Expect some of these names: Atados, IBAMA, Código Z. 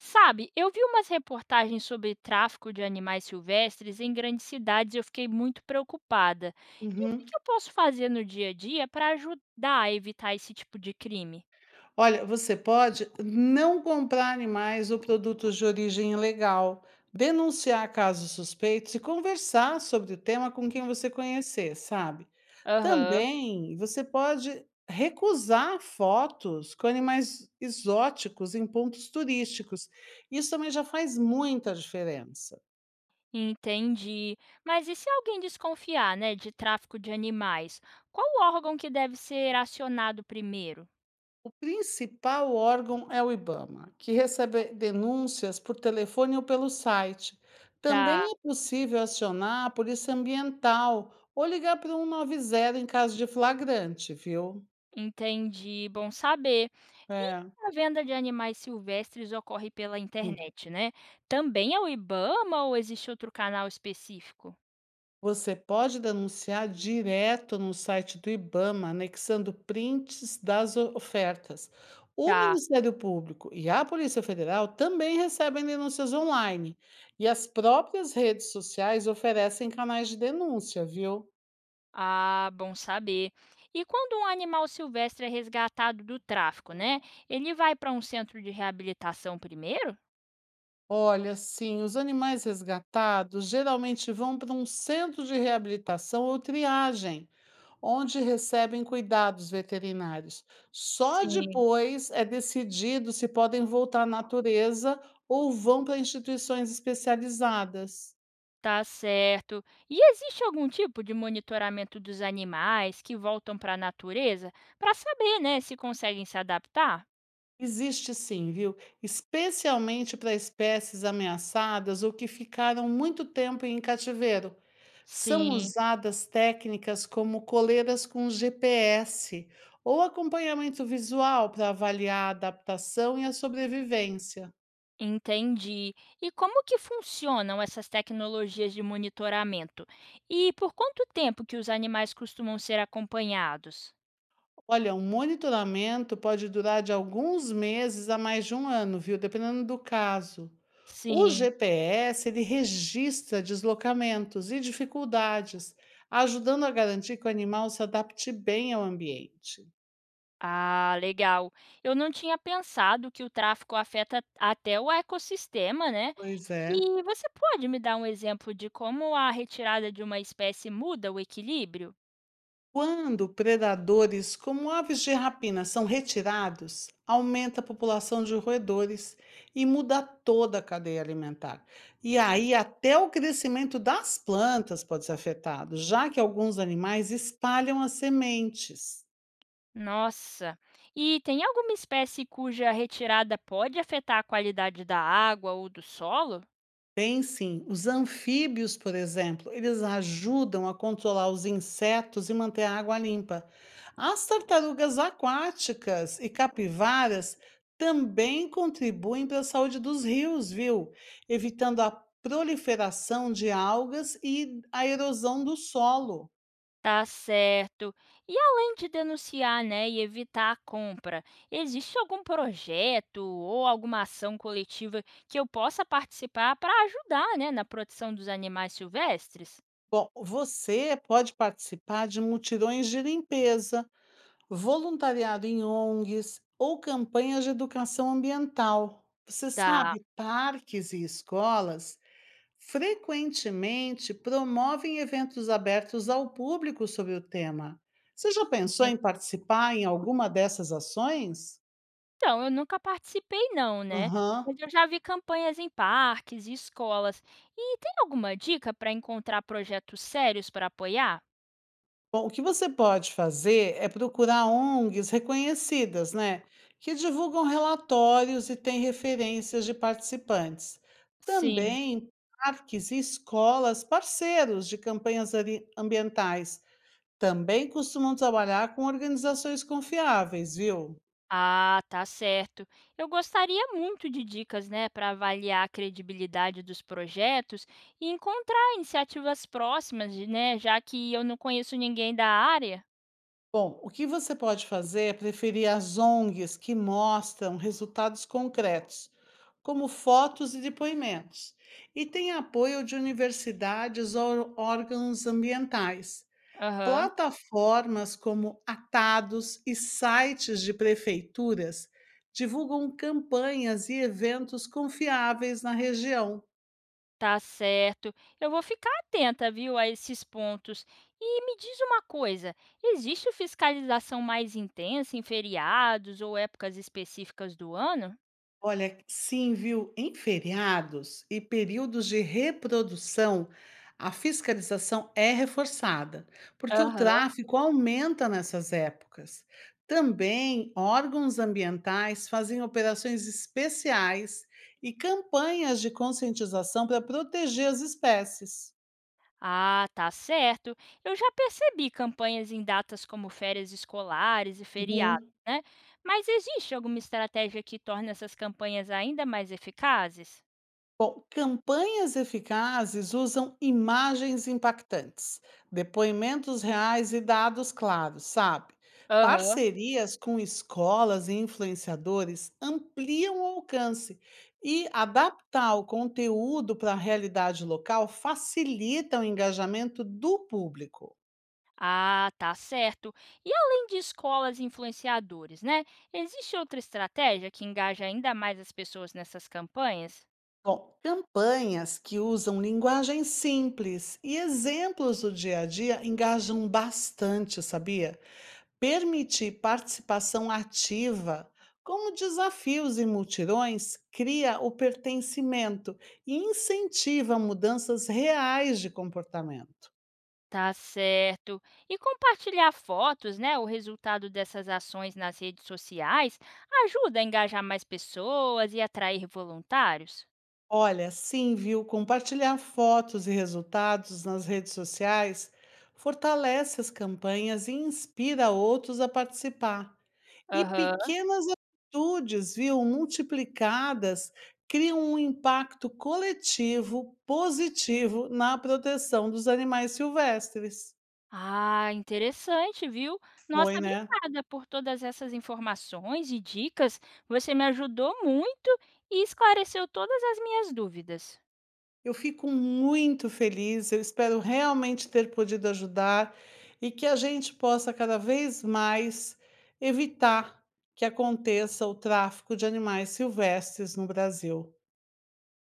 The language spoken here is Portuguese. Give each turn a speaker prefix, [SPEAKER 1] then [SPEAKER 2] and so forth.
[SPEAKER 1] Sabe, eu vi umas reportagens sobre tráfico de animais silvestres em grandes cidades e eu fiquei muito preocupada. E o que
[SPEAKER 2] Uhum.
[SPEAKER 1] que eu posso fazer no dia a dia para ajudar a evitar esse tipo de crime?
[SPEAKER 2] Olha, você pode não comprar animais ou produtos de origem ilegal, denunciar casos suspeitos e conversar sobre o tema com quem você conhecer, sabe?
[SPEAKER 1] Aham,
[SPEAKER 2] Também você pode recusar fotos com animais exóticos em pontos turísticos. Isso também já faz muita diferença.
[SPEAKER 1] entendi. Mas e se alguém desconfiar, né, de tráfico de animais? Qual o órgão que deve ser acionado primeiro?
[SPEAKER 2] O principal órgão é o IBAMA, que recebe denúncias por telefone ou pelo site.
[SPEAKER 1] Tá.
[SPEAKER 2] Também é possível acionar a Polícia Ambiental ou ligar para o 190 em caso de flagrante, viu?
[SPEAKER 1] Entendi, bom saber. E
[SPEAKER 2] É.
[SPEAKER 1] a venda de animais silvestres ocorre pela
[SPEAKER 2] Hum.
[SPEAKER 1] internet, né? Também é o IBAMA ou existe outro canal específico?
[SPEAKER 2] Você pode denunciar direto no site do IBAMA, anexando prints das ofertas. O
[SPEAKER 1] Tá.
[SPEAKER 2] Ministério Público e a Polícia Federal também recebem denúncias online. E as próprias redes sociais oferecem canais de denúncia, viu?
[SPEAKER 1] Ah, bom saber. E quando um animal silvestre é resgatado do tráfico, né? Ele vai para um centro de reabilitação primeiro?
[SPEAKER 2] Olha, sim, os animais resgatados geralmente vão para um centro de reabilitação ou triagem, onde recebem cuidados veterinários. Só
[SPEAKER 1] Sim.
[SPEAKER 2] depois é decidido se podem voltar à natureza ou vão para instituições especializadas.
[SPEAKER 1] Tá certo. E existe algum tipo de monitoramento dos animais que voltam para a natureza para saber, né, se conseguem se adaptar?
[SPEAKER 2] Existe sim, viu? Especialmente para espécies ameaçadas ou que ficaram muito tempo em cativeiro. São
[SPEAKER 1] Sim.
[SPEAKER 2] usadas técnicas como coleiras com GPS ou acompanhamento visual para avaliar a adaptação e a sobrevivência.
[SPEAKER 1] Entendi. E como que funcionam essas tecnologias de monitoramento? E por quanto tempo que os animais costumam ser acompanhados?
[SPEAKER 2] Olha, um monitoramento pode durar de alguns meses a mais de um ano, viu? Dependendo do caso. O
[SPEAKER 1] Sim.
[SPEAKER 2] GPS, ele registra deslocamentos e dificuldades, ajudando a garantir que o animal se adapte bem ao ambiente.
[SPEAKER 1] Ah, legal. Eu não tinha pensado que o tráfico afeta até o ecossistema, né?
[SPEAKER 2] Pois é.
[SPEAKER 1] E você pode me dar um exemplo de como a retirada de uma espécie muda o equilíbrio?
[SPEAKER 2] Quando predadores como aves de rapina são retirados, aumenta a população de roedores e muda toda a cadeia alimentar. E aí, até o crescimento das plantas pode ser afetado, já que alguns animais espalham as sementes.
[SPEAKER 1] Nossa! E tem alguma espécie cuja retirada pode afetar a qualidade da água ou do solo?
[SPEAKER 2] Tem sim. Os anfíbios, por exemplo, eles ajudam a controlar os insetos e manter a água limpa. As tartarugas aquáticas e capivaras também contribuem para a saúde dos rios, viu? Evitando a proliferação de algas e a erosão do solo.
[SPEAKER 1] Tá certo. E além de denunciar, né, e evitar a compra, existe algum projeto ou alguma ação coletiva que eu possa participar para ajudar, né, na proteção dos animais silvestres?
[SPEAKER 2] Bom, você pode participar de mutirões de limpeza, voluntariado em ONGs ou campanhas de educação ambiental. Você
[SPEAKER 1] Tá.
[SPEAKER 2] sabe, parques e escolas frequentemente promovem eventos abertos ao público sobre o tema. Você já pensou em participar em alguma dessas ações?
[SPEAKER 1] Então, eu nunca participei não, né?
[SPEAKER 2] Aham.
[SPEAKER 1] Mas eu já vi campanhas em parques e escolas. E tem alguma dica para encontrar projetos sérios para apoiar?
[SPEAKER 2] Bom, o que você pode fazer é procurar ONGs reconhecidas, né, que divulgam relatórios e têm referências de participantes.
[SPEAKER 1] Sim.
[SPEAKER 2] Também parques e escolas parceiros de campanhas ambientais também costumam trabalhar com organizações confiáveis, viu?
[SPEAKER 1] Ah, tá certo. Eu gostaria muito de dicas, né, para avaliar a credibilidade dos projetos e encontrar iniciativas próximas, de- né, já que eu não conheço ninguém da área.
[SPEAKER 2] Bom, o que você pode fazer é preferir as ONGs que mostram resultados concretos, como fotos e depoimentos, e tem apoio de universidades ou órgãos ambientais.
[SPEAKER 1] Aham,
[SPEAKER 2] Plataformas como Atados e sites de prefeituras divulgam campanhas e eventos confiáveis na região.
[SPEAKER 1] tá certo. Eu vou ficar atenta, viu, a esses pontos. E me diz uma coisa, existe fiscalização mais intensa em feriados ou épocas específicas do ano?
[SPEAKER 2] Olha, sim, viu? Em feriados e períodos de reprodução, a fiscalização é reforçada, porque o
[SPEAKER 1] Aham.
[SPEAKER 2] tráfico aumenta nessas épocas. Também órgãos ambientais fazem operações especiais e campanhas de conscientização para proteger as espécies.
[SPEAKER 1] Ah, tá certo. Eu já percebi campanhas em datas como férias escolares e feriados,
[SPEAKER 2] Uhum.
[SPEAKER 1] né? Mas existe alguma estratégia que torne essas campanhas ainda mais eficazes?
[SPEAKER 2] Bom, campanhas eficazes usam imagens impactantes, depoimentos reais e dados claros, sabe?
[SPEAKER 1] Aham.
[SPEAKER 2] Parcerias com escolas e influenciadores ampliam o alcance, e adaptar o conteúdo para a realidade local facilita o engajamento do público.
[SPEAKER 1] Ah, tá certo. E além de escolas e influenciadores, né? Existe outra estratégia que engaja ainda mais as pessoas nessas campanhas?
[SPEAKER 2] Bom, campanhas que usam linguagem simples e exemplos do dia a dia engajam bastante, sabia? Permitir participação ativa, como desafios e multirões, cria o pertencimento e incentiva mudanças reais de comportamento.
[SPEAKER 1] Tá certo. E compartilhar fotos, né, o resultado dessas ações nas redes sociais ajuda a engajar mais pessoas e atrair voluntários?
[SPEAKER 2] Olha, sim, viu? Compartilhar fotos e resultados nas redes sociais fortalece as campanhas e inspira outros a participar. E
[SPEAKER 1] Aham.
[SPEAKER 2] pequenas atitudes, viu, multiplicadas, criam um impacto coletivo positivo na proteção dos animais silvestres.
[SPEAKER 1] Ah, interessante, viu? Nossa,
[SPEAKER 2] Foi, né.
[SPEAKER 1] obrigada por todas essas informações e dicas. Você me ajudou muito e esclareceu todas as minhas dúvidas.
[SPEAKER 2] Eu fico muito feliz, eu espero realmente ter podido ajudar e que a gente possa cada vez mais evitar que aconteça o tráfico de animais silvestres no Brasil.